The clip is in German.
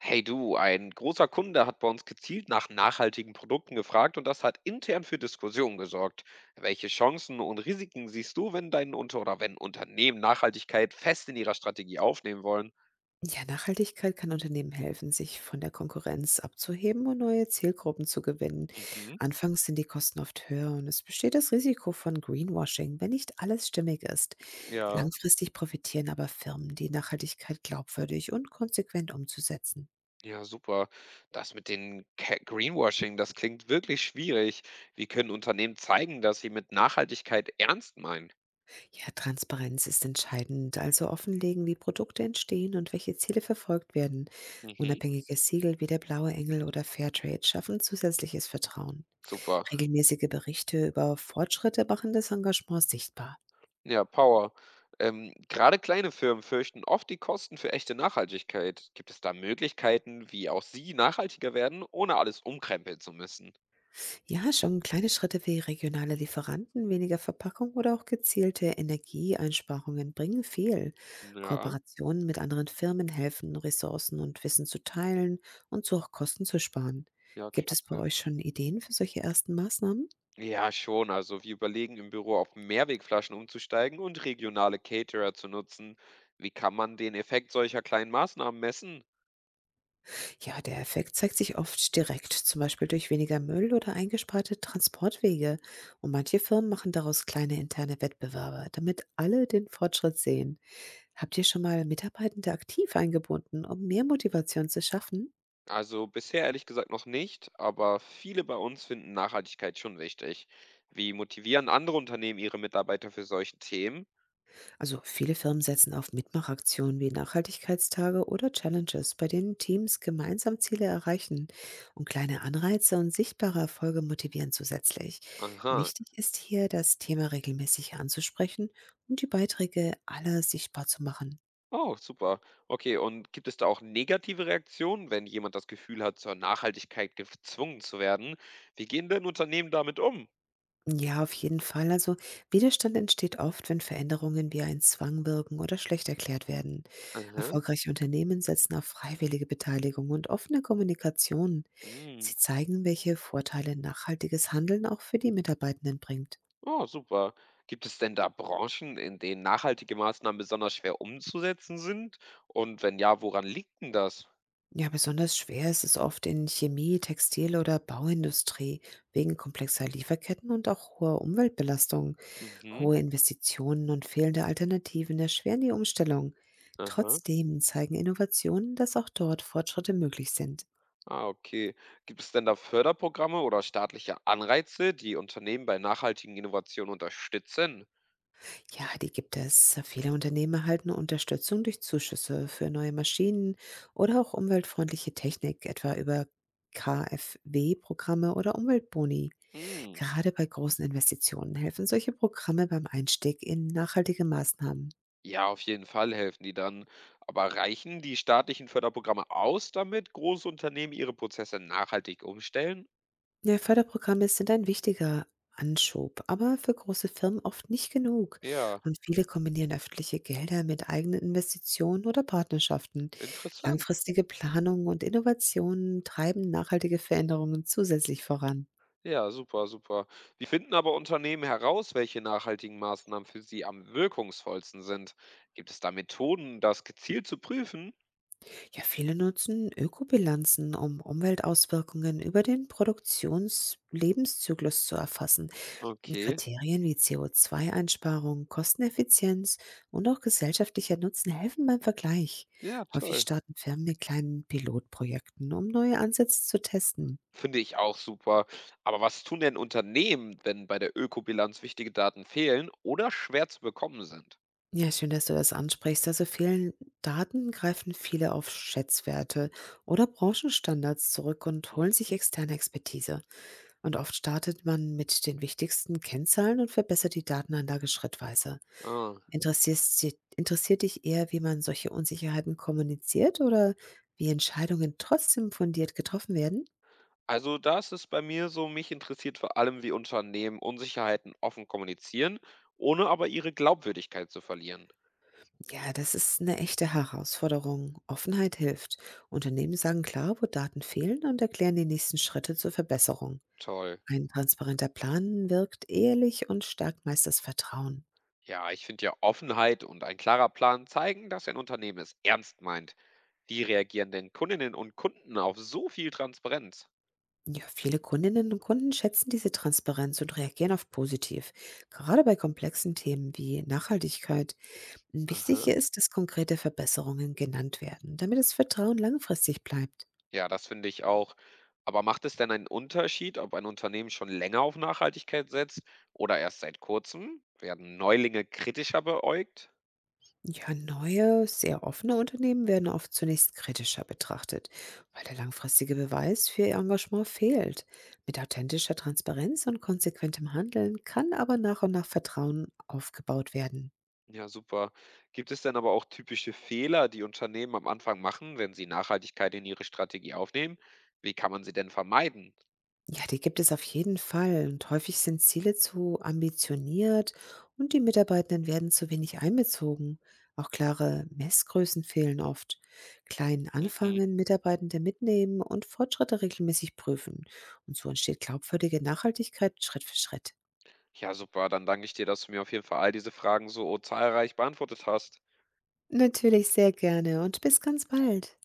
Hey du, ein großer Kunde hat bei uns gezielt nach nachhaltigen Produkten gefragt und das hat intern für Diskussionen gesorgt. Welche Chancen und Risiken siehst du, wenn dein Unter oder wenn Unternehmen Nachhaltigkeit fest in ihrer Strategie aufnehmen wollen? Ja, Nachhaltigkeit kann Unternehmen helfen, sich von der Konkurrenz abzuheben und neue Zielgruppen zu gewinnen. Mhm. Anfangs sind die Kosten oft höher und es besteht das Risiko von Greenwashing, wenn nicht alles stimmig ist. Okay. Ja. Langfristig profitieren aber Firmen, die Nachhaltigkeit glaubwürdig und konsequent umzusetzen. Ja, super. Das mit den Greenwashing, das klingt wirklich schwierig. Wie können Unternehmen zeigen, dass sie mit Nachhaltigkeit ernst meinen? Ja, Transparenz ist entscheidend, also offenlegen, wie Produkte entstehen und welche Ziele verfolgt werden. Mhm. Unabhängige Siegel wie der Blaue Engel oder Fairtrade schaffen zusätzliches Vertrauen. Super. Regelmäßige Berichte über Fortschritte machen das Engagement sichtbar. Ja, Power. Gerade kleine Firmen fürchten oft die Kosten für echte Nachhaltigkeit. Gibt es da Möglichkeiten, wie auch sie nachhaltiger werden, ohne alles umkrempeln zu müssen? Ja, schon kleine Schritte wie regionale Lieferanten, weniger Verpackung oder auch gezielte Energieeinsparungen bringen viel. Ja, Kooperationen mit anderen Firmen helfen, Ressourcen und Wissen zu teilen und so auch Kosten zu sparen. ja, Gibt es bei klasse. euch schon Ideen für solche ersten Maßnahmen? Ja, schon. Also wir überlegen im Büro auf Mehrwegflaschen umzusteigen und regionale Caterer zu nutzen. Wie kann man den Effekt solcher kleinen Maßnahmen messen? Ja, der Effekt zeigt sich oft direkt, zum Beispiel durch weniger Müll oder eingesparte Transportwege. Und manche Firmen machen daraus kleine interne Wettbewerbe, damit alle den Fortschritt sehen. Habt ihr schon mal Mitarbeitende aktiv eingebunden, um mehr Motivation zu schaffen? Also bisher ehrlich gesagt noch nicht, aber viele bei uns finden Nachhaltigkeit schon wichtig. Wie motivieren andere Unternehmen ihre Mitarbeiter für solche Themen? Also viele Firmen setzen auf Mitmachaktionen wie Nachhaltigkeitstage oder Challenges, bei denen Teams gemeinsam Ziele erreichen und kleine Anreize und sichtbare Erfolge motivieren zusätzlich. Aha. Wichtig ist hier, das Thema regelmäßig anzusprechen und die Beiträge aller sichtbar zu machen. Oh, super. Okay, und gibt es da auch negative Reaktionen, wenn jemand das Gefühl hat, zur Nachhaltigkeit gezwungen zu werden? Wie gehen denn Unternehmen damit um? Ja, auf jeden Fall. Also Widerstand entsteht oft, wenn Veränderungen wie ein Zwang wirken oder schlecht erklärt werden. Aha. Erfolgreiche Unternehmen setzen auf freiwillige Beteiligung und offene Kommunikation. Mm. Sie zeigen, welche Vorteile nachhaltiges Handeln auch für die Mitarbeitenden bringt. Oh, super. Gibt es denn da Branchen, in denen nachhaltige Maßnahmen besonders schwer umzusetzen sind? Und wenn ja, woran liegt denn das? Ja, besonders schwer ist es oft in Chemie, Textil- oder Bauindustrie wegen komplexer Lieferketten und auch hoher Umweltbelastungen. Mhm. Hohe Investitionen und fehlende Alternativen erschweren die Umstellung. Aha. Trotzdem zeigen Innovationen, dass auch dort Fortschritte möglich sind. Ah, okay. Gibt es denn da Förderprogramme oder staatliche Anreize, die Unternehmen bei nachhaltigen Innovationen unterstützen? Ja, die gibt es. Viele Unternehmen erhalten Unterstützung durch Zuschüsse für neue Maschinen oder auch umweltfreundliche Technik, etwa über KfW-Programme oder Umweltboni. Mm. Gerade bei großen Investitionen helfen solche Programme beim Einstieg in nachhaltige Maßnahmen. Ja, auf jeden Fall helfen die dann. Aber reichen die staatlichen Förderprogramme aus, damit große Unternehmen ihre Prozesse nachhaltig umstellen? Ja, Förderprogramme sind ein wichtiger Anschub, aber für große Firmen oft nicht genug. Ja, Und viele kombinieren öffentliche Gelder mit eigenen Investitionen oder Partnerschaften. interessant. Langfristige Planung und Innovationen treiben nachhaltige Veränderungen zusätzlich voran. Ja, super, super. Wie finden aber Unternehmen heraus, welche nachhaltigen Maßnahmen für sie am wirkungsvollsten sind? Gibt es da Methoden, das gezielt zu prüfen? Ja, viele nutzen Ökobilanzen, um Umweltauswirkungen über den Produktions-Lebenszyklus zu erfassen. Und Okay, Kriterien wie CO2-Einsparung, Kosteneffizienz und auch gesellschaftlicher Nutzen helfen beim Vergleich. ja, Häufig toll. starten Firmen mit kleinen Pilotprojekten, um neue Ansätze zu testen. Finde ich auch super. Aber was tun denn Unternehmen, wenn bei der Ökobilanz wichtige Daten fehlen oder schwer zu bekommen sind? Ja, schön, dass du das ansprichst. Also vielen Daten greifen viele auf Schätzwerte oder Branchenstandards zurück und Hm. holen sich externe Expertise. Und oft startet man mit den wichtigsten Kennzahlen und verbessert die Datenanlage schrittweise. Ah. Interessierst si Interessiert dich eher, wie man solche Unsicherheiten kommuniziert oder wie Entscheidungen trotzdem fundiert getroffen werden? Also da ist es bei mir so, mich interessiert vor allem, wie Unternehmen Unsicherheiten offen kommunizieren, ohne aber ihre Glaubwürdigkeit zu verlieren. Ja, das ist eine echte Herausforderung. Offenheit hilft. Unternehmen sagen klar, wo Daten fehlen, und erklären die nächsten Schritte zur Verbesserung. Toll. Ein transparenter Plan wirkt ehrlich und stärkt meist das Vertrauen. Ja, ich finde ja Offenheit und ein klarer Plan zeigen, dass ein Unternehmen es ernst meint. Wie reagieren denn Kundinnen und Kunden auf so viel Transparenz? Ja, viele Kundinnen und Kunden schätzen diese Transparenz und reagieren auf positiv, gerade bei komplexen Themen wie Nachhaltigkeit. Wichtig Aha. hier ist, dass konkrete Verbesserungen genannt werden, damit das Vertrauen langfristig bleibt. Ja, das finde ich auch. Aber macht es denn einen Unterschied, ob ein Unternehmen schon länger auf Nachhaltigkeit setzt oder erst seit kurzem? Werden Neulinge kritischer beäugt? Ja, neue, sehr offene Unternehmen werden oft zunächst kritischer betrachtet, weil der langfristige Beweis für ihr Engagement fehlt. Mit authentischer Transparenz und konsequentem Handeln kann aber nach und nach Vertrauen aufgebaut werden. Ja, super. Gibt es denn aber auch typische Fehler, die Unternehmen am Anfang machen, wenn sie Nachhaltigkeit in ihre Strategie aufnehmen? Wie kann man sie denn vermeiden? Ja, die gibt es auf jeden Fall. Und häufig sind Ziele zu ambitioniert und die Mitarbeitenden werden zu wenig einbezogen. Auch klare Messgrößen fehlen oft. Klein Mhm. anfangen, Mitarbeitende mitnehmen und Fortschritte regelmäßig prüfen. Und so entsteht glaubwürdige Nachhaltigkeit Schritt für Schritt. Ja, super. Dann danke ich dir, dass du mir auf jeden Fall all diese Fragen so zahlreich beantwortet hast. Natürlich sehr gerne und bis ganz bald.